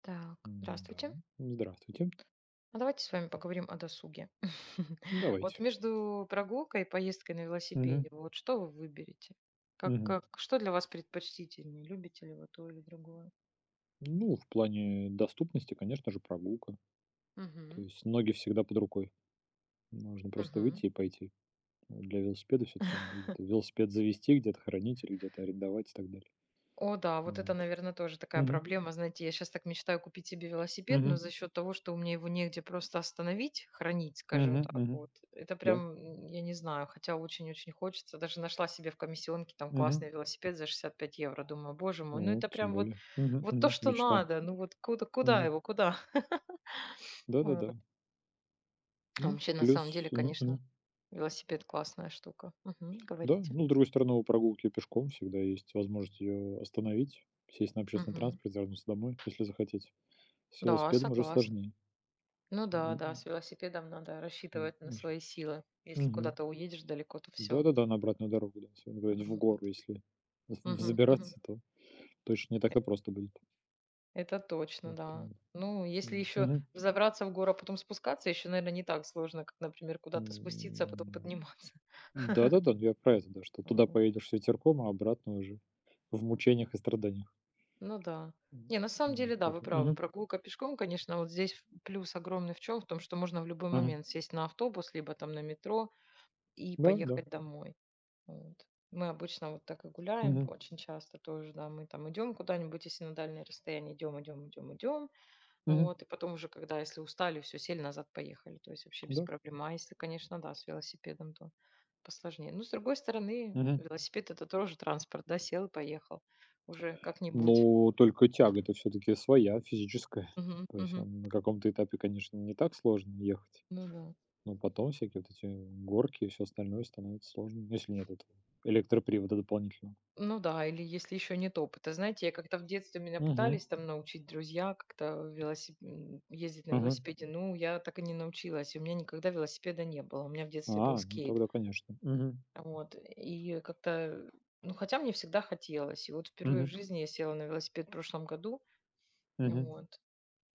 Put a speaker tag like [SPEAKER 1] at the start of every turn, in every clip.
[SPEAKER 1] Так, здравствуйте.
[SPEAKER 2] Да здравствуйте.
[SPEAKER 1] А давайте с вами поговорим о досуге. Вот
[SPEAKER 2] Давайте.
[SPEAKER 1] между прогулкой и поездкой на
[SPEAKER 2] Мгм,
[SPEAKER 1] велосипеде, вот что вы выберете? Как,
[SPEAKER 2] мгм.
[SPEAKER 1] как, что для вас предпочтительнее? Любите ли вы то или другое?
[SPEAKER 2] Ну, в плане доступности, конечно же, прогулка. То
[SPEAKER 1] Мгм.
[SPEAKER 2] есть ноги всегда под рукой. Можно просто
[SPEAKER 1] Мгм.
[SPEAKER 2] выйти и пойти. Для велосипеда все таки надо где-то велосипед завести, где-то хранить или где-то арендовать и так далее.
[SPEAKER 1] О да, вот это,
[SPEAKER 2] Вот.
[SPEAKER 1] наверное, тоже такая
[SPEAKER 2] Мгм,
[SPEAKER 1] проблема. Знаете, я сейчас так мечтаю купить себе велосипед, но
[SPEAKER 2] мгм,
[SPEAKER 1] за счет того, что у меня его негде просто остановить, хранить, скажем
[SPEAKER 2] мгм,
[SPEAKER 1] так,
[SPEAKER 2] мгм.
[SPEAKER 1] вот, это
[SPEAKER 2] Да.
[SPEAKER 1] прям, я не знаю, хотя очень-очень хочется. Даже нашла себе в комиссионке там
[SPEAKER 2] Мгм.
[SPEAKER 1] классный велосипед за 65 евро. Думаю, боже мой, ну
[SPEAKER 2] Вот,
[SPEAKER 1] это
[SPEAKER 2] тем
[SPEAKER 1] прям вот
[SPEAKER 2] более. Мгм,
[SPEAKER 1] вот то,
[SPEAKER 2] мгм.
[SPEAKER 1] что
[SPEAKER 2] Мечта.
[SPEAKER 1] надо. Ну вот куда
[SPEAKER 2] Мгм.
[SPEAKER 1] его, куда?
[SPEAKER 2] Да-да-да.
[SPEAKER 1] Вот. А
[SPEAKER 2] Ну,
[SPEAKER 1] вообще, на
[SPEAKER 2] плюс.
[SPEAKER 1] самом деле,
[SPEAKER 2] Мгм, мгм.
[SPEAKER 1] конечно, велосипед классная штука. Мгм.
[SPEAKER 2] Да,
[SPEAKER 1] Говорите.
[SPEAKER 2] ну, с другой стороны, у прогулки пешком всегда есть возможность ее остановить, сесть на общественный
[SPEAKER 1] Мгм.
[SPEAKER 2] транспорт, вернуться домой, если захотеть. С
[SPEAKER 1] Да,
[SPEAKER 2] велосипедом уже
[SPEAKER 1] согласна.
[SPEAKER 2] сложнее.
[SPEAKER 1] Ну да, да,
[SPEAKER 2] М,
[SPEAKER 1] с велосипедом надо
[SPEAKER 2] м,
[SPEAKER 1] рассчитывать на
[SPEAKER 2] уже.
[SPEAKER 1] свои силы. Если
[SPEAKER 2] Мгм.
[SPEAKER 1] куда-то уедешь далеко, то все.
[SPEAKER 2] Да-да-да, на обратную дорогу, да, особенно куда-нибудь в гору, если з
[SPEAKER 1] Мгм, мгм.
[SPEAKER 2] забираться, то точно не так-то просто будет.
[SPEAKER 1] Это точно, да.
[SPEAKER 2] Поэтому,
[SPEAKER 1] Ну, если
[SPEAKER 2] м,
[SPEAKER 1] еще
[SPEAKER 2] мгм,
[SPEAKER 1] взобраться в гору, а потом спускаться, еще, наверное, не так сложно, как, например, куда-то спуститься, а потом
[SPEAKER 2] м.
[SPEAKER 1] подниматься.
[SPEAKER 2] Да-да-да, ну, я про это, да, что туда
[SPEAKER 1] Вот.
[SPEAKER 2] поедешь с ветерком, а обратно уже в мучениях и страданиях.
[SPEAKER 1] Ну да.
[SPEAKER 2] М,
[SPEAKER 1] Не, на самом деле,
[SPEAKER 2] вот
[SPEAKER 1] да, вы
[SPEAKER 2] поэтому.
[SPEAKER 1] правы.
[SPEAKER 2] Мгм.
[SPEAKER 1] Прогулка пешком, конечно, вот здесь плюс огромный в чем? В том, что можно в любой
[SPEAKER 2] Мгм.
[SPEAKER 1] момент сесть на автобус, либо там на метро и
[SPEAKER 2] Да, да.
[SPEAKER 1] поехать домой. Вот. Мы обычно вот так и гуляем
[SPEAKER 2] Мгм.
[SPEAKER 1] очень часто тоже, да, мы там идем куда-нибудь, если на дальнее расстояние идем, идем, идем, идем,
[SPEAKER 2] Мгм.
[SPEAKER 1] вот, и потом уже, когда, если устали, все, сели назад, поехали, то есть вообще без
[SPEAKER 2] Да.
[SPEAKER 1] проблем, а если, конечно, да, с велосипедом, то посложнее. Ну, с другой стороны,
[SPEAKER 2] Мгм.
[SPEAKER 1] велосипед это тоже транспорт, да, сел и поехал уже как-нибудь.
[SPEAKER 2] Ну, только тяга-то все таки своя, физическая.
[SPEAKER 1] Мгм,
[SPEAKER 2] То есть,
[SPEAKER 1] мгм.
[SPEAKER 2] он на каком-то этапе, конечно, не так сложно ехать,
[SPEAKER 1] Ну да.
[SPEAKER 2] но потом всякие вот эти горки и все остальное становится сложным, если нет этого электропривода дополнительного.
[SPEAKER 1] Ну да, или если еще нет опыта. Знаете, я как-то в детстве меня
[SPEAKER 2] Мгм,
[SPEAKER 1] пытались там научить друзья как-то ездить на
[SPEAKER 2] мгм.
[SPEAKER 1] велосипеде. Ну, я так и не научилась. У меня никогда велосипеда не было. У меня в детстве был
[SPEAKER 2] А, ну
[SPEAKER 1] скейт.
[SPEAKER 2] тогда, конечно. Мгм,
[SPEAKER 1] Вот. И как-то, ну, хотя мне всегда хотелось. И вот впервые в
[SPEAKER 2] мгм,
[SPEAKER 1] жизни я села на велосипед в прошлом году.
[SPEAKER 2] мгм,
[SPEAKER 1] Вот.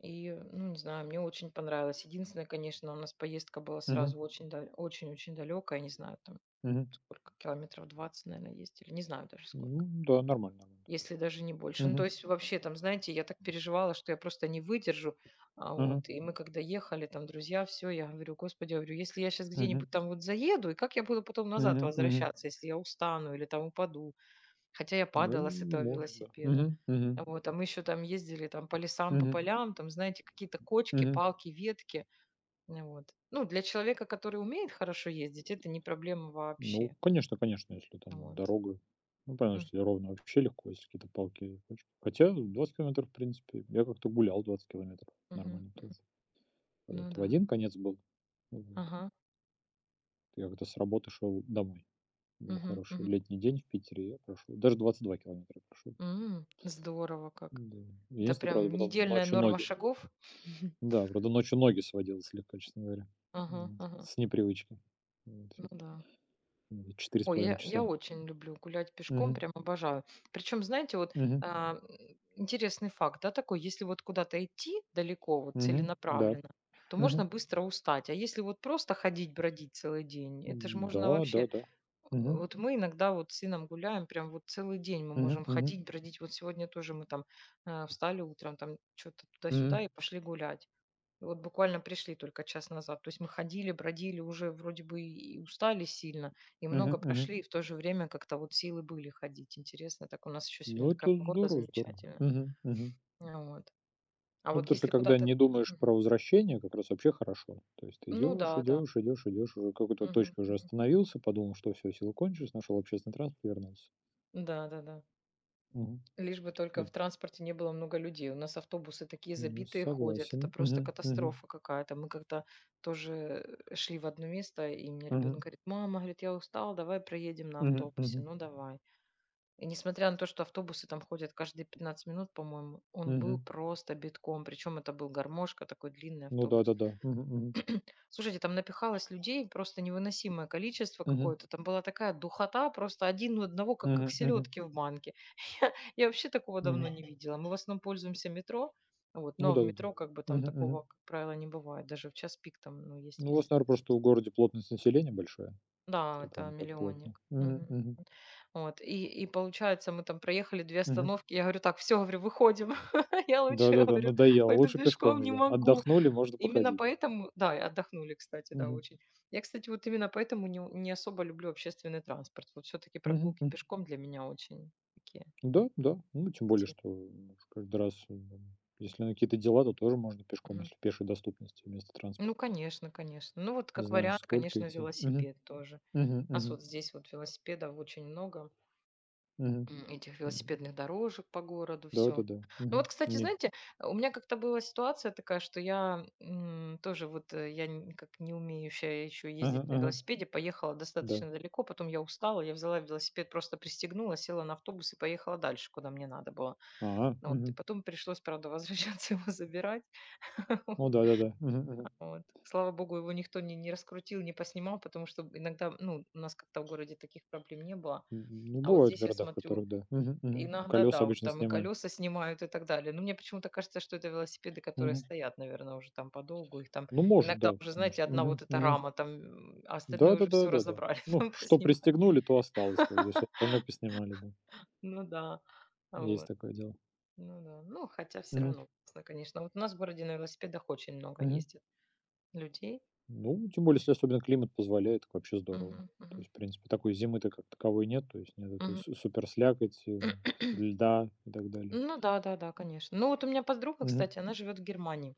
[SPEAKER 1] И, ну, не знаю, мне очень понравилось. Единственное, конечно, у нас поездка была
[SPEAKER 2] мгм,
[SPEAKER 1] сразу очень, очень-очень далекая. Не знаю, там
[SPEAKER 2] мгм.
[SPEAKER 1] сколько километров, 20, наверное, ездили. Не знаю даже сколько.
[SPEAKER 2] Ну да, нормально нормально.
[SPEAKER 1] Если даже не больше. Ну, то
[SPEAKER 2] Мгм,
[SPEAKER 1] есть вообще там, знаете, я так переживала, что я просто не выдержу. А,
[SPEAKER 2] мгм,
[SPEAKER 1] вот, и мы когда ехали, там, друзья, все, я говорю, господи, я говорю, если я сейчас
[SPEAKER 2] мгм,
[SPEAKER 1] где-нибудь там вот заеду, и как я буду потом назад
[SPEAKER 2] мгм.
[SPEAKER 1] возвращаться, если я устану или там упаду? Хотя я
[SPEAKER 2] Ну,
[SPEAKER 1] падала с этого
[SPEAKER 2] можно. Да.
[SPEAKER 1] велосипеда.
[SPEAKER 2] Мгм, мгм,
[SPEAKER 1] А вот, а мы еще там ездили там по лесам, по
[SPEAKER 2] мгм.
[SPEAKER 1] полям, там, знаете, какие-то кочки, палки, ветки. Ну, вот. Ну, для человека, который умеет хорошо ездить, это не проблема
[SPEAKER 2] Ну,
[SPEAKER 1] вообще.
[SPEAKER 2] конечно, конечно, если там
[SPEAKER 1] Вот.
[SPEAKER 2] дорога. Ну, понятно,
[SPEAKER 1] М,
[SPEAKER 2] что тебе ровно вообще легко, если какие-то палки и кочки. Хотя 20 километров, в принципе, я как-то гулял 20 километров
[SPEAKER 1] мгм,
[SPEAKER 2] нормально
[SPEAKER 1] мгм.
[SPEAKER 2] тоже. Когда
[SPEAKER 1] Ну
[SPEAKER 2] это в
[SPEAKER 1] да.
[SPEAKER 2] один конец был. Вот.
[SPEAKER 1] Ага.
[SPEAKER 2] Я как-то с работы шел домой. Был
[SPEAKER 1] Мгм,
[SPEAKER 2] хороший
[SPEAKER 1] мгм.
[SPEAKER 2] летний день в Питере, я прошел. Даже 22 километра прошел.
[SPEAKER 1] Здорово как.
[SPEAKER 2] Да.
[SPEAKER 1] Это
[SPEAKER 2] Единственное, правда,
[SPEAKER 1] прям
[SPEAKER 2] потом
[SPEAKER 1] недельная
[SPEAKER 2] ночью
[SPEAKER 1] норма
[SPEAKER 2] ноги...
[SPEAKER 1] шагов?
[SPEAKER 2] Да, правда, ночью ноги сводило слегка, честно говоря.
[SPEAKER 1] Ага,
[SPEAKER 2] Вот.
[SPEAKER 1] ага.
[SPEAKER 2] С непривычки. Вот,
[SPEAKER 1] Ну
[SPEAKER 2] все-таки.
[SPEAKER 1] да.
[SPEAKER 2] Четыре с
[SPEAKER 1] Ой,
[SPEAKER 2] половиной
[SPEAKER 1] я
[SPEAKER 2] часа.
[SPEAKER 1] очень люблю гулять пешком,
[SPEAKER 2] Мгм.
[SPEAKER 1] прям обожаю. Причем, знаете, вот,
[SPEAKER 2] Мгм.
[SPEAKER 1] а, м, интересный факт, да, такой: если вот куда-то идти далеко, вот
[SPEAKER 2] Мгм. Да.
[SPEAKER 1] целенаправленно, то
[SPEAKER 2] Мгм.
[SPEAKER 1] можно быстро устать. А если вот просто ходить, бродить целый день, это же
[SPEAKER 2] М,
[SPEAKER 1] можно
[SPEAKER 2] да,
[SPEAKER 1] вообще
[SPEAKER 2] да-да. Мгм.
[SPEAKER 1] вот мы иногда вот с сыном гуляем, прям вот целый день мы
[SPEAKER 2] Мгм.
[SPEAKER 1] можем
[SPEAKER 2] Мгм.
[SPEAKER 1] ходить, бродить. Вот сегодня тоже мы там, встали утром, там что то
[SPEAKER 2] Мгм.
[SPEAKER 1] туда-сюда и пошли гулять. Вот буквально пришли только час назад. То есть мы ходили, бродили, уже вроде бы и устали сильно, и
[SPEAKER 2] Мгм.
[SPEAKER 1] много
[SPEAKER 2] Мгм.
[SPEAKER 1] прошли, и в то же время как-то вот силы были ходить. Интересно, так у нас еще сегодня
[SPEAKER 2] Ну,
[SPEAKER 1] такая
[SPEAKER 2] это
[SPEAKER 1] погода
[SPEAKER 2] здорово, здорово.
[SPEAKER 1] замечательная.
[SPEAKER 2] Мгм. Мгм.
[SPEAKER 1] А вот. А
[SPEAKER 2] Ну,
[SPEAKER 1] вот
[SPEAKER 2] потому что
[SPEAKER 1] если
[SPEAKER 2] когда
[SPEAKER 1] куда-то.
[SPEAKER 2] не думаешь
[SPEAKER 1] Мгм.
[SPEAKER 2] про возвращение, как раз вообще хорошо. То есть ты
[SPEAKER 1] Ну
[SPEAKER 2] идешь,
[SPEAKER 1] да, да.
[SPEAKER 2] идешь, идешь, идешь, уже в какой-то
[SPEAKER 1] Мгм,
[SPEAKER 2] точке уже
[SPEAKER 1] мгм.
[SPEAKER 2] остановился, подумал, что все силы кончились, нашел общественный транспорт, вернулся.
[SPEAKER 1] Да, да, да.
[SPEAKER 2] Мгм.
[SPEAKER 1] Лишь бы только
[SPEAKER 2] И
[SPEAKER 1] в транспорте не было много людей. У нас автобусы такие
[SPEAKER 2] ну,
[SPEAKER 1] забитые ходят. Это
[SPEAKER 2] согласен.
[SPEAKER 1] просто
[SPEAKER 2] Мгм. Мгм.
[SPEAKER 1] катастрофа какая-то. Мы как-то тоже шли в одно место, и мне ребенок
[SPEAKER 2] Мгм.
[SPEAKER 1] говорит, мама, говорит, я устал, давай проедем на
[SPEAKER 2] Мгм.
[SPEAKER 1] автобусе.
[SPEAKER 2] Мгм.
[SPEAKER 1] Ну, давай. И несмотря на то, что автобусы там ходят каждые 15 минут, по-моему, он был
[SPEAKER 2] Мгм.
[SPEAKER 1] просто битком. Причем это был гармошка, такой длинный
[SPEAKER 2] Ну
[SPEAKER 1] автобус.
[SPEAKER 2] да-да-да. Мгм. Мгм.
[SPEAKER 1] Слушайте, там напихалось людей просто невыносимое количество
[SPEAKER 2] Мгм.
[SPEAKER 1] какое-то. Там была такая духота, просто один у одного, как
[SPEAKER 2] Мгм. Мгм.
[SPEAKER 1] селедки в банке. Я вообще такого давно
[SPEAKER 2] Мгм.
[SPEAKER 1] не видела. Мы в основном пользуемся метро, вот,
[SPEAKER 2] Ну
[SPEAKER 1] но в
[SPEAKER 2] да-да-да.
[SPEAKER 1] метро как бы там
[SPEAKER 2] Мгм. Мгм.
[SPEAKER 1] такого, как правило, не бывает. Даже в час пик там ну, есть
[SPEAKER 2] Ну, у вас,
[SPEAKER 1] место.
[SPEAKER 2] наверно, просто в городе плотность населения большая,
[SPEAKER 1] Да,
[SPEAKER 2] что
[SPEAKER 1] это
[SPEAKER 2] прям так плотно.
[SPEAKER 1] «Миллионник».
[SPEAKER 2] Мгм,
[SPEAKER 1] Мгм.
[SPEAKER 2] мгм,
[SPEAKER 1] Вот и получается, мы там проехали 2
[SPEAKER 2] мгм.
[SPEAKER 1] остановки. Я говорю: «Так, все, говорю, выходим». Я лучше,
[SPEAKER 2] Да-да-да,
[SPEAKER 1] говорю,
[SPEAKER 2] надоело.
[SPEAKER 1] пойду
[SPEAKER 2] Лучше пешком
[SPEAKER 1] пешком,
[SPEAKER 2] же.
[SPEAKER 1] не
[SPEAKER 2] Да.
[SPEAKER 1] могу.
[SPEAKER 2] Отдохнули, можно
[SPEAKER 1] Именно
[SPEAKER 2] походить, да.
[SPEAKER 1] поэтому да, и отдохнули, кстати, да,
[SPEAKER 2] Мгм,
[SPEAKER 1] очень. Я, кстати, вот именно поэтому не особо люблю общественный транспорт. Вот все таки
[SPEAKER 2] мгм,
[SPEAKER 1] прогулки
[SPEAKER 2] м.
[SPEAKER 1] пешком для меня очень такие
[SPEAKER 2] Да, да. Ну, тем более, что,
[SPEAKER 1] активные.
[SPEAKER 2] ну, уж каждый раз, м, если на какие-то дела, то тоже можно пешком,
[SPEAKER 1] Мгм.
[SPEAKER 2] если в пешей доступности вместо
[SPEAKER 1] Ну,
[SPEAKER 2] транспорта.
[SPEAKER 1] конечно, конечно. Ну, вот как
[SPEAKER 2] Знаешь,
[SPEAKER 1] вариант,
[SPEAKER 2] сколько
[SPEAKER 1] конечно,
[SPEAKER 2] идти. Мгм,
[SPEAKER 1] велосипед тоже.
[SPEAKER 2] мгм,
[SPEAKER 1] У нас
[SPEAKER 2] мгм,
[SPEAKER 1] вот здесь вот велосипедов очень много.
[SPEAKER 2] мгм,
[SPEAKER 1] Этих
[SPEAKER 2] м.
[SPEAKER 1] велосипедных дорожек по городу, все.
[SPEAKER 2] Да-да-да.
[SPEAKER 1] Ну
[SPEAKER 2] Мгм.
[SPEAKER 1] вот, кстати,
[SPEAKER 2] Не.
[SPEAKER 1] знаете, у меня как-то была ситуация такая, что я, тоже вот, я н как не умеющая еще ездить
[SPEAKER 2] Ага,
[SPEAKER 1] на
[SPEAKER 2] ага.
[SPEAKER 1] велосипеде, поехала
[SPEAKER 2] Да.
[SPEAKER 1] достаточно далеко, потом я устала, я взяла велосипед, просто пристегнула, села на автобус и поехала дальше, куда мне надо было.
[SPEAKER 2] А,
[SPEAKER 1] Ну вот, и
[SPEAKER 2] мгм.
[SPEAKER 1] потом пришлось, правда, возвращаться его забирать. Вот.
[SPEAKER 2] Ну да-да-да. Мгм, мгм.
[SPEAKER 1] Вот. Слава богу, его никто не раскрутил, не поснимал, потому что иногда, ну, у нас как-то в городе таких проблем не было.
[SPEAKER 2] М, ну,
[SPEAKER 1] А вот
[SPEAKER 2] бывают
[SPEAKER 1] здесь я
[SPEAKER 2] города, в
[SPEAKER 1] смотрю,
[SPEAKER 2] которых, да. Мгм, мгм.
[SPEAKER 1] иногда
[SPEAKER 2] Колеса
[SPEAKER 1] да, вот
[SPEAKER 2] обычно
[SPEAKER 1] там и
[SPEAKER 2] снимают.
[SPEAKER 1] колеса снимают и так далее. Но мне почему-то кажется, что это велосипеды, которые
[SPEAKER 2] Мгм.
[SPEAKER 1] стоят, наверное, уже там подолгу. Их там
[SPEAKER 2] Ну, может,
[SPEAKER 1] иногда
[SPEAKER 2] да,
[SPEAKER 1] уже,
[SPEAKER 2] потому
[SPEAKER 1] знаете,
[SPEAKER 2] что.
[SPEAKER 1] одна вот
[SPEAKER 2] Мгм,
[SPEAKER 1] эта
[SPEAKER 2] мгм.
[SPEAKER 1] рама там, а остальное уже все
[SPEAKER 2] Да-да-да-да-да.
[SPEAKER 1] разобрали,
[SPEAKER 2] Ну,
[SPEAKER 1] там
[SPEAKER 2] что
[SPEAKER 1] поснимали.
[SPEAKER 2] пристегнули, то осталось, как бы, все остальное поснимали, да.
[SPEAKER 1] Ну да, а
[SPEAKER 2] Есть
[SPEAKER 1] вот.
[SPEAKER 2] такое дело.
[SPEAKER 1] Ну да, ну хотя все
[SPEAKER 2] Мгм,
[SPEAKER 1] равно классно, конечно. Вот у нас в городе на велосипедах очень много
[SPEAKER 2] мгм.
[SPEAKER 1] ездит людей.
[SPEAKER 2] Ну, тем более,
[SPEAKER 1] Вот.
[SPEAKER 2] если особенно климат позволяет, так вообще здорово.
[SPEAKER 1] Мгм,
[SPEAKER 2] То
[SPEAKER 1] мгм,
[SPEAKER 2] есть, в принципе, такой зимы-то как таковой нет, то есть нет этой
[SPEAKER 1] мгм.
[SPEAKER 2] су супер слякоти, льда и так далее.
[SPEAKER 1] Ну да, да, да, конечно. Ну вот у меня подруга,
[SPEAKER 2] Мгм,
[SPEAKER 1] кстати, она живет в Германии.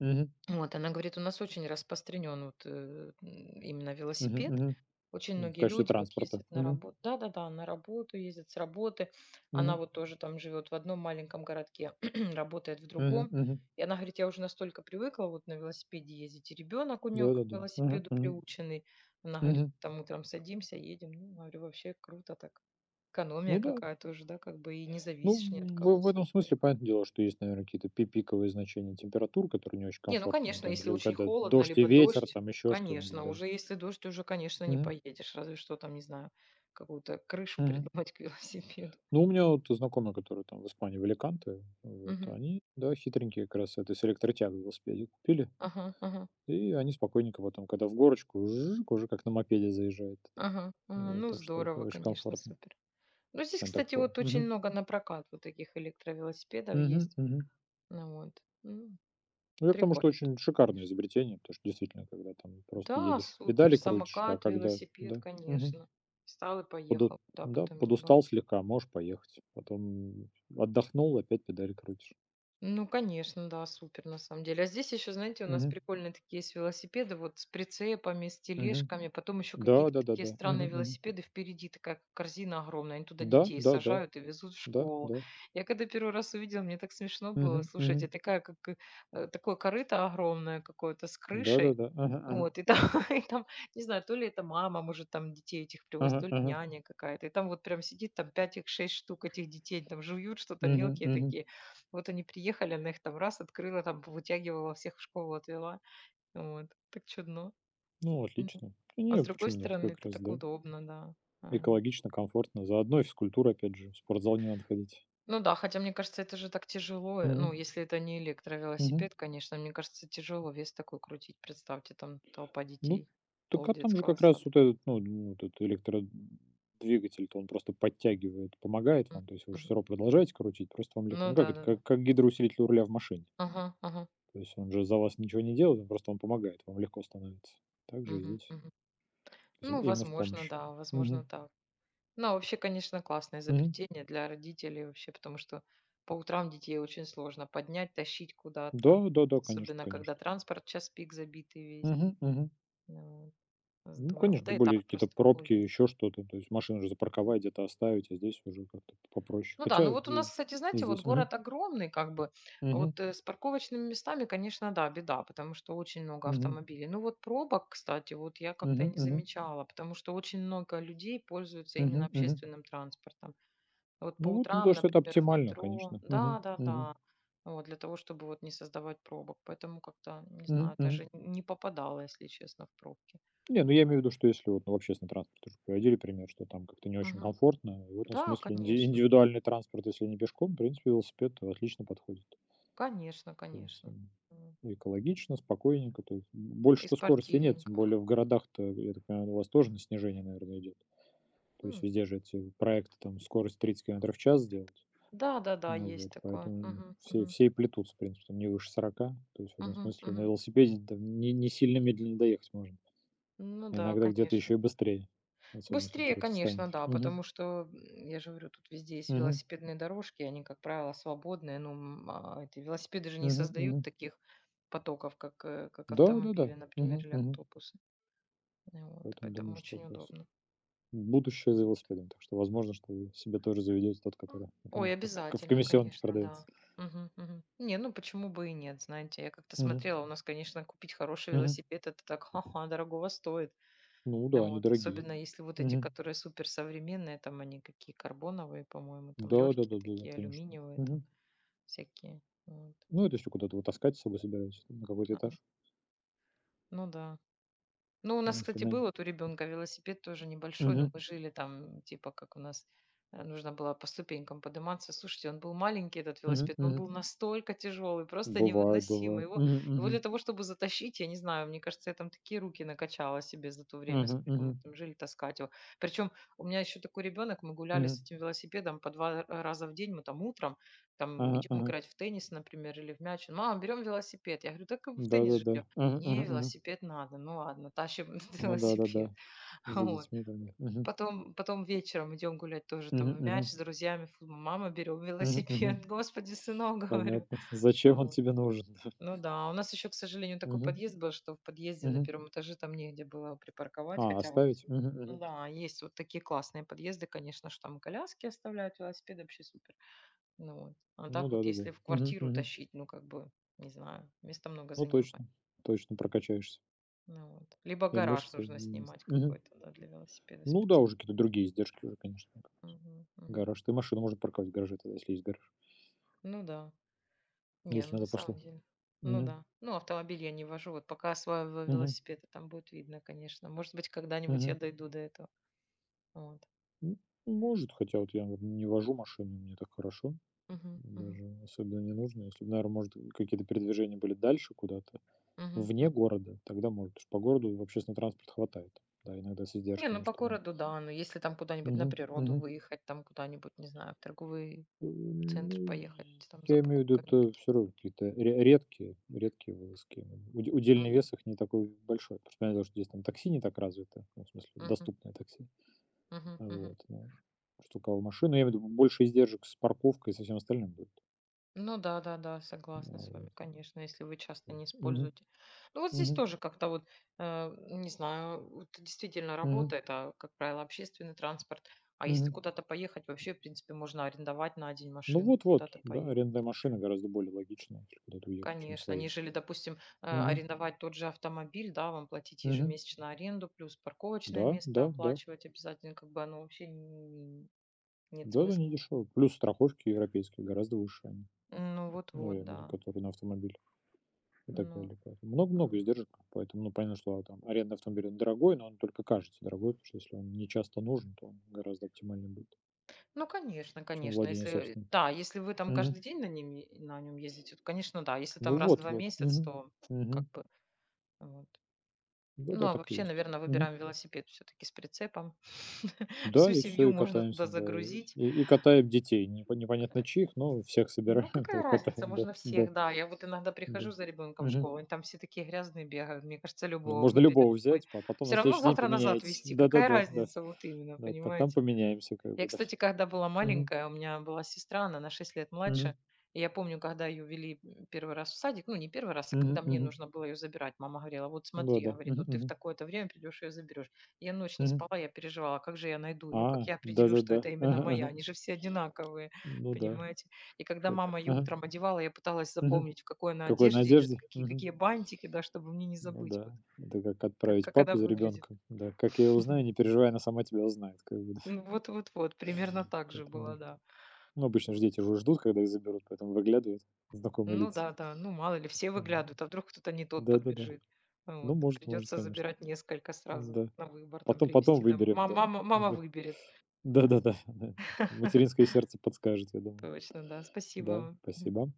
[SPEAKER 2] мгм,
[SPEAKER 1] Вот, она говорит, у нас очень распространен вот, именно
[SPEAKER 2] мгм,
[SPEAKER 1] велосипед.
[SPEAKER 2] мгм.
[SPEAKER 1] Очень
[SPEAKER 2] Ну, в
[SPEAKER 1] многие
[SPEAKER 2] качестве
[SPEAKER 1] люди вот
[SPEAKER 2] транспорта.
[SPEAKER 1] ездят на
[SPEAKER 2] Мгм,
[SPEAKER 1] работу. Да-да-да, на работу ездят с работы. Она
[SPEAKER 2] мгм,
[SPEAKER 1] вот тоже там живет в одном маленьком городке, работает в
[SPEAKER 2] мгм,
[SPEAKER 1] другом.
[SPEAKER 2] мгм.
[SPEAKER 1] И она говорит, я уже настолько привыкла вот на велосипеде ездить. И ребенок у нее к
[SPEAKER 2] Да-да-да. Мгм,
[SPEAKER 1] велосипеду
[SPEAKER 2] мгм,
[SPEAKER 1] приученный. Она говорит,
[SPEAKER 2] мгм.
[SPEAKER 1] там утром садимся, едем. Ну, говорю, вообще круто так.
[SPEAKER 2] Ну
[SPEAKER 1] Экономия
[SPEAKER 2] да.
[SPEAKER 1] какая-то уже, да, как бы и не
[SPEAKER 2] Ну,
[SPEAKER 1] зависишь ни от кого.
[SPEAKER 2] в этом
[SPEAKER 1] Все.
[SPEAKER 2] смысле, понятное дело, что есть, наверное, какие-то пи пиковые значения температур, которые не очень
[SPEAKER 1] Не, ну
[SPEAKER 2] комфортно,
[SPEAKER 1] конечно,
[SPEAKER 2] там,
[SPEAKER 1] если
[SPEAKER 2] либо
[SPEAKER 1] очень
[SPEAKER 2] когда
[SPEAKER 1] холодно,
[SPEAKER 2] дождь и
[SPEAKER 1] либо
[SPEAKER 2] ветер,
[SPEAKER 1] дождь,
[SPEAKER 2] там еще что-нибудь,
[SPEAKER 1] конечно,
[SPEAKER 2] да.
[SPEAKER 1] уже если дождь, уже, конечно, не
[SPEAKER 2] Мгм,
[SPEAKER 1] поедешь, разве что там, не знаю, какую-то крышу
[SPEAKER 2] мгм.
[SPEAKER 1] придумать к велосипеду.
[SPEAKER 2] Ну, у меня вот знакомые, которые там в Испании, в Аликанте, вот,
[SPEAKER 1] Мгм.
[SPEAKER 2] они, да, хитренькие как раз это с электротягой велосипеде купили,
[SPEAKER 1] Ага, ага,
[SPEAKER 2] и они спокойненько потом, когда в горочку, жжж, уже как на мопеде заезжает.
[SPEAKER 1] ага.
[SPEAKER 2] Вот,
[SPEAKER 1] Ну,
[SPEAKER 2] так что это
[SPEAKER 1] здорово,
[SPEAKER 2] очень
[SPEAKER 1] конечно,
[SPEAKER 2] комфортно,
[SPEAKER 1] супер. Ну,
[SPEAKER 2] что
[SPEAKER 1] здесь,
[SPEAKER 2] они так
[SPEAKER 1] кстати,
[SPEAKER 2] по.
[SPEAKER 1] вот очень
[SPEAKER 2] Мгм,
[SPEAKER 1] много на прокат вот таких электровелосипедов
[SPEAKER 2] мгм,
[SPEAKER 1] есть.
[SPEAKER 2] мгм.
[SPEAKER 1] Ну, вот.
[SPEAKER 2] Ну, я к тому, что
[SPEAKER 1] Прикольно,
[SPEAKER 2] очень шикарное
[SPEAKER 1] конечно.
[SPEAKER 2] изобретение, потому что действительно, когда там просто
[SPEAKER 1] Да,
[SPEAKER 2] едешь,
[SPEAKER 1] супер.
[SPEAKER 2] педали крутишь, а
[SPEAKER 1] Самокат,
[SPEAKER 2] когда,
[SPEAKER 1] велосипед,
[SPEAKER 2] да, мгм,
[SPEAKER 1] конечно. Встал и
[SPEAKER 2] поду
[SPEAKER 1] поехал, куда бы
[SPEAKER 2] да,
[SPEAKER 1] там ни
[SPEAKER 2] подустал
[SPEAKER 1] было.
[SPEAKER 2] слегка, можешь поехать. Потом отдохнул, опять педали крутишь.
[SPEAKER 1] Ну, конечно, да, супер на самом деле. А здесь еще, знаете, у нас
[SPEAKER 2] Мгм,
[SPEAKER 1] прикольные такие есть велосипеды, вот с прицепами, с
[SPEAKER 2] мгм.
[SPEAKER 1] тележками, потом еще
[SPEAKER 2] Да,
[SPEAKER 1] какие-то такие
[SPEAKER 2] да-да-да. Мгм,
[SPEAKER 1] странные
[SPEAKER 2] мгм.
[SPEAKER 1] велосипеды. Впереди такая корзина огромная, они туда
[SPEAKER 2] Да,
[SPEAKER 1] детей
[SPEAKER 2] да-да, да,
[SPEAKER 1] сажают и везут в
[SPEAKER 2] да.
[SPEAKER 1] школу.
[SPEAKER 2] Да.
[SPEAKER 1] Я когда первый раз увидела, мне так смешно было.
[SPEAKER 2] Мгм, мгм.
[SPEAKER 1] Слушайте, такая, как такое корыто огромное какое-то с крышей,
[SPEAKER 2] Да-да-да. Ага, ага.
[SPEAKER 1] вот, и там, и там, не знаю, то ли это мама, может, там детей этих привозит,
[SPEAKER 2] Ага,
[SPEAKER 1] то ли
[SPEAKER 2] ага.
[SPEAKER 1] няня какая-то. И там вот прям сидит, там пять их шесть штук этих детей, там жуют что-то
[SPEAKER 2] Мгм,
[SPEAKER 1] мелкие
[SPEAKER 2] мгм.
[SPEAKER 1] такие. Вот они приехали, она их там раз открыла, там вытягивала, всех в школу отвела. Вот, так чудно.
[SPEAKER 2] Ну,
[SPEAKER 1] Мгм.
[SPEAKER 2] отлично. И
[SPEAKER 1] А с
[SPEAKER 2] не,
[SPEAKER 1] другой
[SPEAKER 2] почему нет?
[SPEAKER 1] стороны,
[SPEAKER 2] Как
[SPEAKER 1] это
[SPEAKER 2] раз,
[SPEAKER 1] так
[SPEAKER 2] да.
[SPEAKER 1] удобно, да. А, вот.
[SPEAKER 2] Экологично, комфортно. Заодно и физкультура, опять же. В спортзал не надо ходить.
[SPEAKER 1] Ну да, хотя мне кажется, это же так тяжело.
[SPEAKER 2] Мгм,
[SPEAKER 1] Ну, если это не
[SPEAKER 2] мгм.
[SPEAKER 1] электровелосипед, конечно, мне кажется, тяжело вес такой крутить. Представьте, там толпа
[SPEAKER 2] Ну,
[SPEAKER 1] детей,
[SPEAKER 2] так
[SPEAKER 1] пол
[SPEAKER 2] а там же
[SPEAKER 1] детского
[SPEAKER 2] как раз
[SPEAKER 1] сада.
[SPEAKER 2] вот этот, ну, ну, вот этот электродвигатель-то он просто подтягивает, помогает вам. То есть вы же всё
[SPEAKER 1] Мгм.
[SPEAKER 2] равно продолжаете крутить, просто вам легко.
[SPEAKER 1] Ну
[SPEAKER 2] Ну, как это,
[SPEAKER 1] да-да-да.
[SPEAKER 2] как гидроусилитель у руля в машине.
[SPEAKER 1] Ага, ага.
[SPEAKER 2] То есть он же за вас ничего не делает, он просто вам помогает, вам легко становится. Так же и
[SPEAKER 1] Мгм,
[SPEAKER 2] здесь. То
[SPEAKER 1] мгм.
[SPEAKER 2] есть им-
[SPEAKER 1] Ну,
[SPEAKER 2] именно в
[SPEAKER 1] возможно,
[SPEAKER 2] помощи.
[SPEAKER 1] да, возможно,
[SPEAKER 2] Мгм.
[SPEAKER 1] так. Ну, а вообще, конечно, классное
[SPEAKER 2] Мгм.
[SPEAKER 1] изобретение для родителей вообще, потому что по утрам детей очень сложно поднять, тащить куда-то,
[SPEAKER 2] Да, да-да, конечно
[SPEAKER 1] особенно когда
[SPEAKER 2] конечно.
[SPEAKER 1] транспорт час пик забитый весь.
[SPEAKER 2] Мгм, мгм.
[SPEAKER 1] Ну, вот.
[SPEAKER 2] Ну,
[SPEAKER 1] Здорово.
[SPEAKER 2] конечно,
[SPEAKER 1] Да
[SPEAKER 2] тем
[SPEAKER 1] и
[SPEAKER 2] более
[SPEAKER 1] так
[SPEAKER 2] какие-то
[SPEAKER 1] просто
[SPEAKER 2] пробки,
[SPEAKER 1] погулять.
[SPEAKER 2] еще что-то. То есть машину же запарковать, где-то оставить, а здесь уже как-то попроще.
[SPEAKER 1] Ну да,
[SPEAKER 2] Хотя
[SPEAKER 1] ну вот у нас, кстати,
[SPEAKER 2] и
[SPEAKER 1] знаете, вот
[SPEAKER 2] здесь. Мгм.
[SPEAKER 1] город огромный, как бы,
[SPEAKER 2] Мгм.
[SPEAKER 1] вот с парковочными местами, конечно, да, беда, потому что очень много
[SPEAKER 2] Мгм.
[SPEAKER 1] автомобилей. Ну вот пробок, кстати, вот я как-то и
[SPEAKER 2] Мгм,
[SPEAKER 1] не
[SPEAKER 2] мгм,
[SPEAKER 1] замечала, потому что очень много людей пользуются именно
[SPEAKER 2] мгм, мгм.
[SPEAKER 1] общественным транспортом. Вот по
[SPEAKER 2] Ну вот, ну
[SPEAKER 1] утрам,
[SPEAKER 2] то, что это
[SPEAKER 1] например, в
[SPEAKER 2] оптимально,
[SPEAKER 1] метро,
[SPEAKER 2] конечно.
[SPEAKER 1] да,
[SPEAKER 2] Мгм,
[SPEAKER 1] да,
[SPEAKER 2] мгм,
[SPEAKER 1] да, вот для того, чтобы вот не создавать пробок. Поэтому как-то, не
[SPEAKER 2] мгм,
[SPEAKER 1] знаю,
[SPEAKER 2] мгм.
[SPEAKER 1] даже не попадала, если честно, в пробки.
[SPEAKER 2] Не, ну я имею в виду, что если вот, ну, в общественный транспорт уже приводили пример, что там как-то не очень
[SPEAKER 1] Мгм.
[SPEAKER 2] комфортно. И в этом
[SPEAKER 1] Да,
[SPEAKER 2] смысле инди-
[SPEAKER 1] конечно,
[SPEAKER 2] индивидуальный транспорт, если не пешком, в принципе, велосипед отлично подходит.
[SPEAKER 1] конечно,
[SPEAKER 2] То есть
[SPEAKER 1] конечно.
[SPEAKER 2] м,
[SPEAKER 1] М.
[SPEAKER 2] экологично, спокойненько. То есть
[SPEAKER 1] И
[SPEAKER 2] больше-то скорости нет, тем
[SPEAKER 1] спортивненько.
[SPEAKER 2] более в городах-то, я так понимаю, у вас тоже на снижение, наверное, идет. То есть
[SPEAKER 1] М.
[SPEAKER 2] везде же эти проекты там скорость 30 километров в час сделать.
[SPEAKER 1] Да-да-да,
[SPEAKER 2] Ну
[SPEAKER 1] есть
[SPEAKER 2] вот,
[SPEAKER 1] такое.
[SPEAKER 2] поэтому
[SPEAKER 1] Мгм,
[SPEAKER 2] все
[SPEAKER 1] мгм,
[SPEAKER 2] все и плетутся, в принципе, там не выше 40. То есть в этом
[SPEAKER 1] мгм,
[SPEAKER 2] смысле на
[SPEAKER 1] мгм.
[SPEAKER 2] велосипеде там не сильно медленно доехать можно,
[SPEAKER 1] Ну
[SPEAKER 2] а
[SPEAKER 1] да,
[SPEAKER 2] иногда где-то еще
[SPEAKER 1] конечно.
[SPEAKER 2] и быстрее, особенно если
[SPEAKER 1] Быстрее,
[SPEAKER 2] вдруг ты встанет.
[SPEAKER 1] конечно, да,
[SPEAKER 2] Мгм.
[SPEAKER 1] потому что, я же говорю, тут везде есть
[SPEAKER 2] Мгм.
[SPEAKER 1] велосипедные дорожки, они, как правило, свободные. Ну, эти велосипеды же не
[SPEAKER 2] Мгм.
[SPEAKER 1] создают
[SPEAKER 2] Мгм.
[SPEAKER 1] таких потоков, как
[SPEAKER 2] Да-да-да.
[SPEAKER 1] автомобили, например,
[SPEAKER 2] Мгм.
[SPEAKER 1] или
[SPEAKER 2] Мгм.
[SPEAKER 1] автобусы. Ну вот,
[SPEAKER 2] Поэтому думаю,
[SPEAKER 1] поэтому
[SPEAKER 2] что
[SPEAKER 1] очень
[SPEAKER 2] как раз
[SPEAKER 1] удобно.
[SPEAKER 2] будущее за
[SPEAKER 1] Вот.
[SPEAKER 2] велосипедом. Так что, возможно, что вы себе тоже заведете тот, который, ну,
[SPEAKER 1] Ой,
[SPEAKER 2] к в
[SPEAKER 1] обязательно,
[SPEAKER 2] комиссионке
[SPEAKER 1] конечно,
[SPEAKER 2] продается.
[SPEAKER 1] да. Мгм, мгм. Не, ну почему бы и нет, знаете, я как-то
[SPEAKER 2] Мгм.
[SPEAKER 1] смотрела, у нас, конечно, купить хороший
[SPEAKER 2] Мгм.
[SPEAKER 1] велосипед, это так, ха-ха, дорогого стоит.
[SPEAKER 2] Ну да,
[SPEAKER 1] Ну
[SPEAKER 2] они
[SPEAKER 1] вот.
[SPEAKER 2] дорогие.
[SPEAKER 1] Особенно если вот эти,
[SPEAKER 2] Мгм.
[SPEAKER 1] которые суперсовременные, там они какие карбоновые, по-моему, там легкие
[SPEAKER 2] Да-да-да-да-да,
[SPEAKER 1] такие,
[SPEAKER 2] конечно.
[SPEAKER 1] алюминиевые, там
[SPEAKER 2] Мгм.
[SPEAKER 1] всякие. Вот.
[SPEAKER 2] Ну, это если куда-то вы таскать с собой собираетесь, на какой-то
[SPEAKER 1] Ага.
[SPEAKER 2] этаж.
[SPEAKER 1] Ну да. Ну, у
[SPEAKER 2] Ну,
[SPEAKER 1] нас,
[SPEAKER 2] если
[SPEAKER 1] кстати,
[SPEAKER 2] на.
[SPEAKER 1] был вот у ребенка велосипед тоже небольшой, но
[SPEAKER 2] Мгм,
[SPEAKER 1] мы жили там, типа, как у нас нужно было по ступенькам подниматься. Слушайте, он был маленький, этот
[SPEAKER 2] мгм,
[SPEAKER 1] велосипед, но он
[SPEAKER 2] мгм.
[SPEAKER 1] был настолько тяжелый, просто
[SPEAKER 2] Бывает,
[SPEAKER 1] невыносимый.
[SPEAKER 2] бывает.
[SPEAKER 1] Его,
[SPEAKER 2] Мгм,
[SPEAKER 1] его для
[SPEAKER 2] мгм,
[SPEAKER 1] того, чтобы затащить, я не знаю, мне кажется, я там такие руки накачала себе за то время,
[SPEAKER 2] мгм,
[SPEAKER 1] сколько мы
[SPEAKER 2] мгм,
[SPEAKER 1] там жили, таскать его. Причем у меня еще такой ребенок, мы гуляли
[SPEAKER 2] мгм.
[SPEAKER 1] с этим велосипедом по два раза в день, мы там утром там
[SPEAKER 2] Ага,
[SPEAKER 1] идем
[SPEAKER 2] ага.
[SPEAKER 1] играть в теннис, например, или в мяч. Он: мама, берем велосипед. Я говорю: так и в теннис же
[SPEAKER 2] Да-да-да.
[SPEAKER 1] идем.
[SPEAKER 2] Мгм,
[SPEAKER 1] Не,
[SPEAKER 2] мгм, мгм.
[SPEAKER 1] велосипед надо. Ну ладно, тащим
[SPEAKER 2] Ну да-да-да.
[SPEAKER 1] велосипед.
[SPEAKER 2] За
[SPEAKER 1] Вот.
[SPEAKER 2] детьми там, да. Мгм,
[SPEAKER 1] Потом вечером идем гулять тоже
[SPEAKER 2] мгм,
[SPEAKER 1] там в
[SPEAKER 2] мгм,
[SPEAKER 1] мяч с друзьями. Фу, мама, берем
[SPEAKER 2] мгм, мгм.
[SPEAKER 1] велосипед. Господи, сынок, говорю.
[SPEAKER 2] Понятно. Зачем он
[SPEAKER 1] Вот.
[SPEAKER 2] тебе нужен, да?
[SPEAKER 1] Ну да, у нас еще, к сожалению, такой
[SPEAKER 2] Мгм,
[SPEAKER 1] подъезд был, что в подъезде на
[SPEAKER 2] мгм.
[SPEAKER 1] первом этаже там негде было припарковать.
[SPEAKER 2] А,
[SPEAKER 1] Хотя вот,
[SPEAKER 2] оставить? Мгм, мгм.
[SPEAKER 1] да, есть вот такие классные подъезды, конечно, что там коляски оставляют, велосипед вообще супер. Ну вот. А
[SPEAKER 2] Ну
[SPEAKER 1] так вот,
[SPEAKER 2] да-да-да.
[SPEAKER 1] если в
[SPEAKER 2] Мгм,
[SPEAKER 1] квартиру
[SPEAKER 2] мгм.
[SPEAKER 1] тащить, ну как бы, не знаю, места много
[SPEAKER 2] Ну
[SPEAKER 1] занимает.
[SPEAKER 2] точно, точно прокачаешься.
[SPEAKER 1] Ну вот. Либо
[SPEAKER 2] И
[SPEAKER 1] гараж
[SPEAKER 2] мышцы, и
[SPEAKER 1] нужно
[SPEAKER 2] мозг.
[SPEAKER 1] снимать
[SPEAKER 2] Мгм.
[SPEAKER 1] какой-то, да, для велосипеда
[SPEAKER 2] Ну да,
[SPEAKER 1] специально.
[SPEAKER 2] уже какие-то другие издержки уже, конечно.
[SPEAKER 1] Мгм, мгм.
[SPEAKER 2] Гараж. Ты машину можно парковать в гараже тогда, если есть гараж.
[SPEAKER 1] Ну да. Не,
[SPEAKER 2] Если
[SPEAKER 1] ну на
[SPEAKER 2] надо пошло.
[SPEAKER 1] самом деле. Ну
[SPEAKER 2] Мгм.
[SPEAKER 1] да. Ну, автомобиль я не вожу. Вот пока осваиваю
[SPEAKER 2] Мгм.
[SPEAKER 1] велосипед, и там будет видно, конечно. Может быть, когда-нибудь я
[SPEAKER 2] Мгм.
[SPEAKER 1] дойду до этого. Вот.
[SPEAKER 2] М, может, хотя вот я вот не вожу машину, мне так хорошо.
[SPEAKER 1] Мгм, мгм,
[SPEAKER 2] Даже особенно не нужно. Если бы, наверное, может, какие-то передвижения были дальше куда-то,
[SPEAKER 1] мгм,
[SPEAKER 2] вне
[SPEAKER 1] м.
[SPEAKER 2] города, тогда может. Потому что по городу в общественный транспорт хватает. Да, иногда с
[SPEAKER 1] Не, ну
[SPEAKER 2] издержками,
[SPEAKER 1] по
[SPEAKER 2] что там.
[SPEAKER 1] городу, да. Но если там куда-нибудь на
[SPEAKER 2] Мгм.
[SPEAKER 1] природу
[SPEAKER 2] Мгм.
[SPEAKER 1] выехать, там куда-нибудь, не знаю, в торговый
[SPEAKER 2] Э,
[SPEAKER 1] центр
[SPEAKER 2] ну,
[SPEAKER 1] поехать, там за
[SPEAKER 2] я имею в виду,
[SPEAKER 1] покупками
[SPEAKER 2] это все равно
[SPEAKER 1] какими-нибудь.
[SPEAKER 2] какие-то редкие вылазки. Удельный
[SPEAKER 1] Мгм,
[SPEAKER 2] вес их не такой большой. Просто понятно, что здесь там такси не так развито, ну, в смысле,
[SPEAKER 1] мгм,
[SPEAKER 2] доступное такси.
[SPEAKER 1] мгм, мгм.
[SPEAKER 2] Вот, ну, что у кого машина, я имею в виду, больше издержек с парковкой и со всем остальным будет.
[SPEAKER 1] Ну да-да-да,
[SPEAKER 2] А,
[SPEAKER 1] согласна с
[SPEAKER 2] вот,
[SPEAKER 1] вами, конечно, если вы
[SPEAKER 2] то
[SPEAKER 1] часто не
[SPEAKER 2] есть. Мгм,
[SPEAKER 1] используете. Ну вот здесь
[SPEAKER 2] мгм,
[SPEAKER 1] тоже как-то вот, не знаю, вот действительно
[SPEAKER 2] мгм,
[SPEAKER 1] работа- это, как правило, общественный транспорт. А если
[SPEAKER 2] мгм.
[SPEAKER 1] куда-то поехать, вообще, в принципе, можно арендовать на день
[SPEAKER 2] Ну
[SPEAKER 1] машину,
[SPEAKER 2] вот-вот,
[SPEAKER 1] куда-то
[SPEAKER 2] да, арендная
[SPEAKER 1] поехать.
[SPEAKER 2] машина гораздо более логичная, если куда-то уехать, чем
[SPEAKER 1] Конечно,
[SPEAKER 2] своя.
[SPEAKER 1] нежели, допустим,
[SPEAKER 2] Мгм,
[SPEAKER 1] арендовать тот же автомобиль, да, вам платить
[SPEAKER 2] мгм.
[SPEAKER 1] ежемесячно аренду, плюс
[SPEAKER 2] Да,
[SPEAKER 1] парковочное место
[SPEAKER 2] да, да.
[SPEAKER 1] оплачивать обязательно, как бы оно вообще н- нет
[SPEAKER 2] Да-да,
[SPEAKER 1] смысла.
[SPEAKER 2] дешево. Плюс страховки европейские гораздо выше они.
[SPEAKER 1] Ну
[SPEAKER 2] Ну, я
[SPEAKER 1] вот-вот,
[SPEAKER 2] имею в виду,
[SPEAKER 1] да.
[SPEAKER 2] которые на автомобиль и так
[SPEAKER 1] Ну.
[SPEAKER 2] далее. Поэтому много-много
[SPEAKER 1] М.
[SPEAKER 2] издержек. Поэтому, ну, понятно, что а, там аренда автомобиля он дорогой, но он только кажется дорогой, потому что если он не часто нужен, то он гораздо оптимальнее будет,
[SPEAKER 1] Ну, конечно,
[SPEAKER 2] чем
[SPEAKER 1] конечно.
[SPEAKER 2] владение
[SPEAKER 1] Если,
[SPEAKER 2] собственным.
[SPEAKER 1] да, если вы там
[SPEAKER 2] Мгм.
[SPEAKER 1] каждый день на нем, на нем ездите, то, конечно, да. Если
[SPEAKER 2] Ну
[SPEAKER 1] там раз в
[SPEAKER 2] вот
[SPEAKER 1] два
[SPEAKER 2] вот.
[SPEAKER 1] месяца,
[SPEAKER 2] Мгм.
[SPEAKER 1] то как
[SPEAKER 2] Мгм.
[SPEAKER 1] бы вот.
[SPEAKER 2] Да-да,
[SPEAKER 1] Ну, а
[SPEAKER 2] так и
[SPEAKER 1] вообще,
[SPEAKER 2] есть.
[SPEAKER 1] наверное,
[SPEAKER 2] Мгм.
[SPEAKER 1] выбираем велосипед все-таки с прицепом.
[SPEAKER 2] Да,
[SPEAKER 1] Всю
[SPEAKER 2] и все
[SPEAKER 1] семью
[SPEAKER 2] и
[SPEAKER 1] можно
[SPEAKER 2] катаемся,
[SPEAKER 1] туда
[SPEAKER 2] да,
[SPEAKER 1] загрузить.
[SPEAKER 2] и катаем детей. Непонятно чьих, но всех собираем,
[SPEAKER 1] Ну,
[SPEAKER 2] да и
[SPEAKER 1] какая разница,
[SPEAKER 2] катаем, да,
[SPEAKER 1] можно
[SPEAKER 2] да,
[SPEAKER 1] всех, да. Я вот иногда
[SPEAKER 2] да.
[SPEAKER 1] прихожу за ребенком в
[SPEAKER 2] Мгм.
[SPEAKER 1] школу, и там все такие грязные бегают. Мне кажется,
[SPEAKER 2] Ну,
[SPEAKER 1] любого
[SPEAKER 2] можно
[SPEAKER 1] выберет.
[SPEAKER 2] любого взять, а потом
[SPEAKER 1] Все
[SPEAKER 2] на
[SPEAKER 1] равно
[SPEAKER 2] следующий день
[SPEAKER 1] завтра назад
[SPEAKER 2] поменяете.
[SPEAKER 1] вести. Какая
[SPEAKER 2] Да-да-да, да. Да,
[SPEAKER 1] разница, вот именно,
[SPEAKER 2] да. Да, та там
[SPEAKER 1] понимаете?
[SPEAKER 2] поменяемся как
[SPEAKER 1] Я,
[SPEAKER 2] бы, да.
[SPEAKER 1] кстати, когда была
[SPEAKER 2] Мгм.
[SPEAKER 1] маленькая, у меня была сестра, она на 6 лет
[SPEAKER 2] Мгм.
[SPEAKER 1] младше. И я помню, когда ее вели, первый раз в садик, ну, не первый раз, а
[SPEAKER 2] Мгм.
[SPEAKER 1] когда мне
[SPEAKER 2] Мгм.
[SPEAKER 1] нужно было ее забирать, мама говорила: вот
[SPEAKER 2] Ну да,
[SPEAKER 1] смотри,
[SPEAKER 2] да.
[SPEAKER 1] говорит,
[SPEAKER 2] Мгм.
[SPEAKER 1] вот ты в
[SPEAKER 2] Мгм.
[SPEAKER 1] такое-то время придешь, ее заберешь. Я ночь не
[SPEAKER 2] Мгм.
[SPEAKER 1] спала, я переживала, как же я найду ее, как
[SPEAKER 2] А,
[SPEAKER 1] я определю, что
[SPEAKER 2] да-да-да.
[SPEAKER 1] это именно
[SPEAKER 2] Ага,
[SPEAKER 1] моя,
[SPEAKER 2] ага.
[SPEAKER 1] они же все одинаковые,
[SPEAKER 2] Ну да,
[SPEAKER 1] понимаете. И когда
[SPEAKER 2] как.
[SPEAKER 1] мама ее
[SPEAKER 2] Ага.
[SPEAKER 1] утром одевала, я пыталась
[SPEAKER 2] Мгм.
[SPEAKER 1] запомнить, в какой она
[SPEAKER 2] Какой
[SPEAKER 1] одежде идет,
[SPEAKER 2] надежде?
[SPEAKER 1] какие, какие бантики, да, чтобы мне не
[SPEAKER 2] Ну
[SPEAKER 1] забыть, вот,
[SPEAKER 2] да, это как отправить
[SPEAKER 1] как она
[SPEAKER 2] папу за
[SPEAKER 1] выглядит.
[SPEAKER 2] ребенком. Да, как я его знаю, не переживай, она сама тебя узнает, как бы, да.
[SPEAKER 1] Ну, вот, вот, вот, примерно так же
[SPEAKER 2] Поэтому да.
[SPEAKER 1] было, да.
[SPEAKER 2] Ну, обычно же
[SPEAKER 1] Вот.
[SPEAKER 2] дети уже ждут, когда их заберут, поэтому выглядывают знакомые
[SPEAKER 1] Ну
[SPEAKER 2] лица.
[SPEAKER 1] да, да. Ну, мало ли, все
[SPEAKER 2] Нужно.
[SPEAKER 1] выглядывают, а вдруг кто-то не тот
[SPEAKER 2] Да-да-да.
[SPEAKER 1] подбежит.
[SPEAKER 2] Ну,
[SPEAKER 1] Вот.
[SPEAKER 2] может, может,
[SPEAKER 1] Придется
[SPEAKER 2] конечно.
[SPEAKER 1] забирать несколько сразу
[SPEAKER 2] Да.
[SPEAKER 1] на выбор, там
[SPEAKER 2] Потом
[SPEAKER 1] привезти домой.
[SPEAKER 2] выберем,
[SPEAKER 1] Мама,
[SPEAKER 2] да.
[SPEAKER 1] мама, мама
[SPEAKER 2] Да.
[SPEAKER 1] выберет. А вот.
[SPEAKER 2] Да-да-да, да. Материнское сердце подскажет, я думаю.
[SPEAKER 1] Точно, да. Спасибо
[SPEAKER 2] Да,
[SPEAKER 1] вам. Мгм.
[SPEAKER 2] спасибо.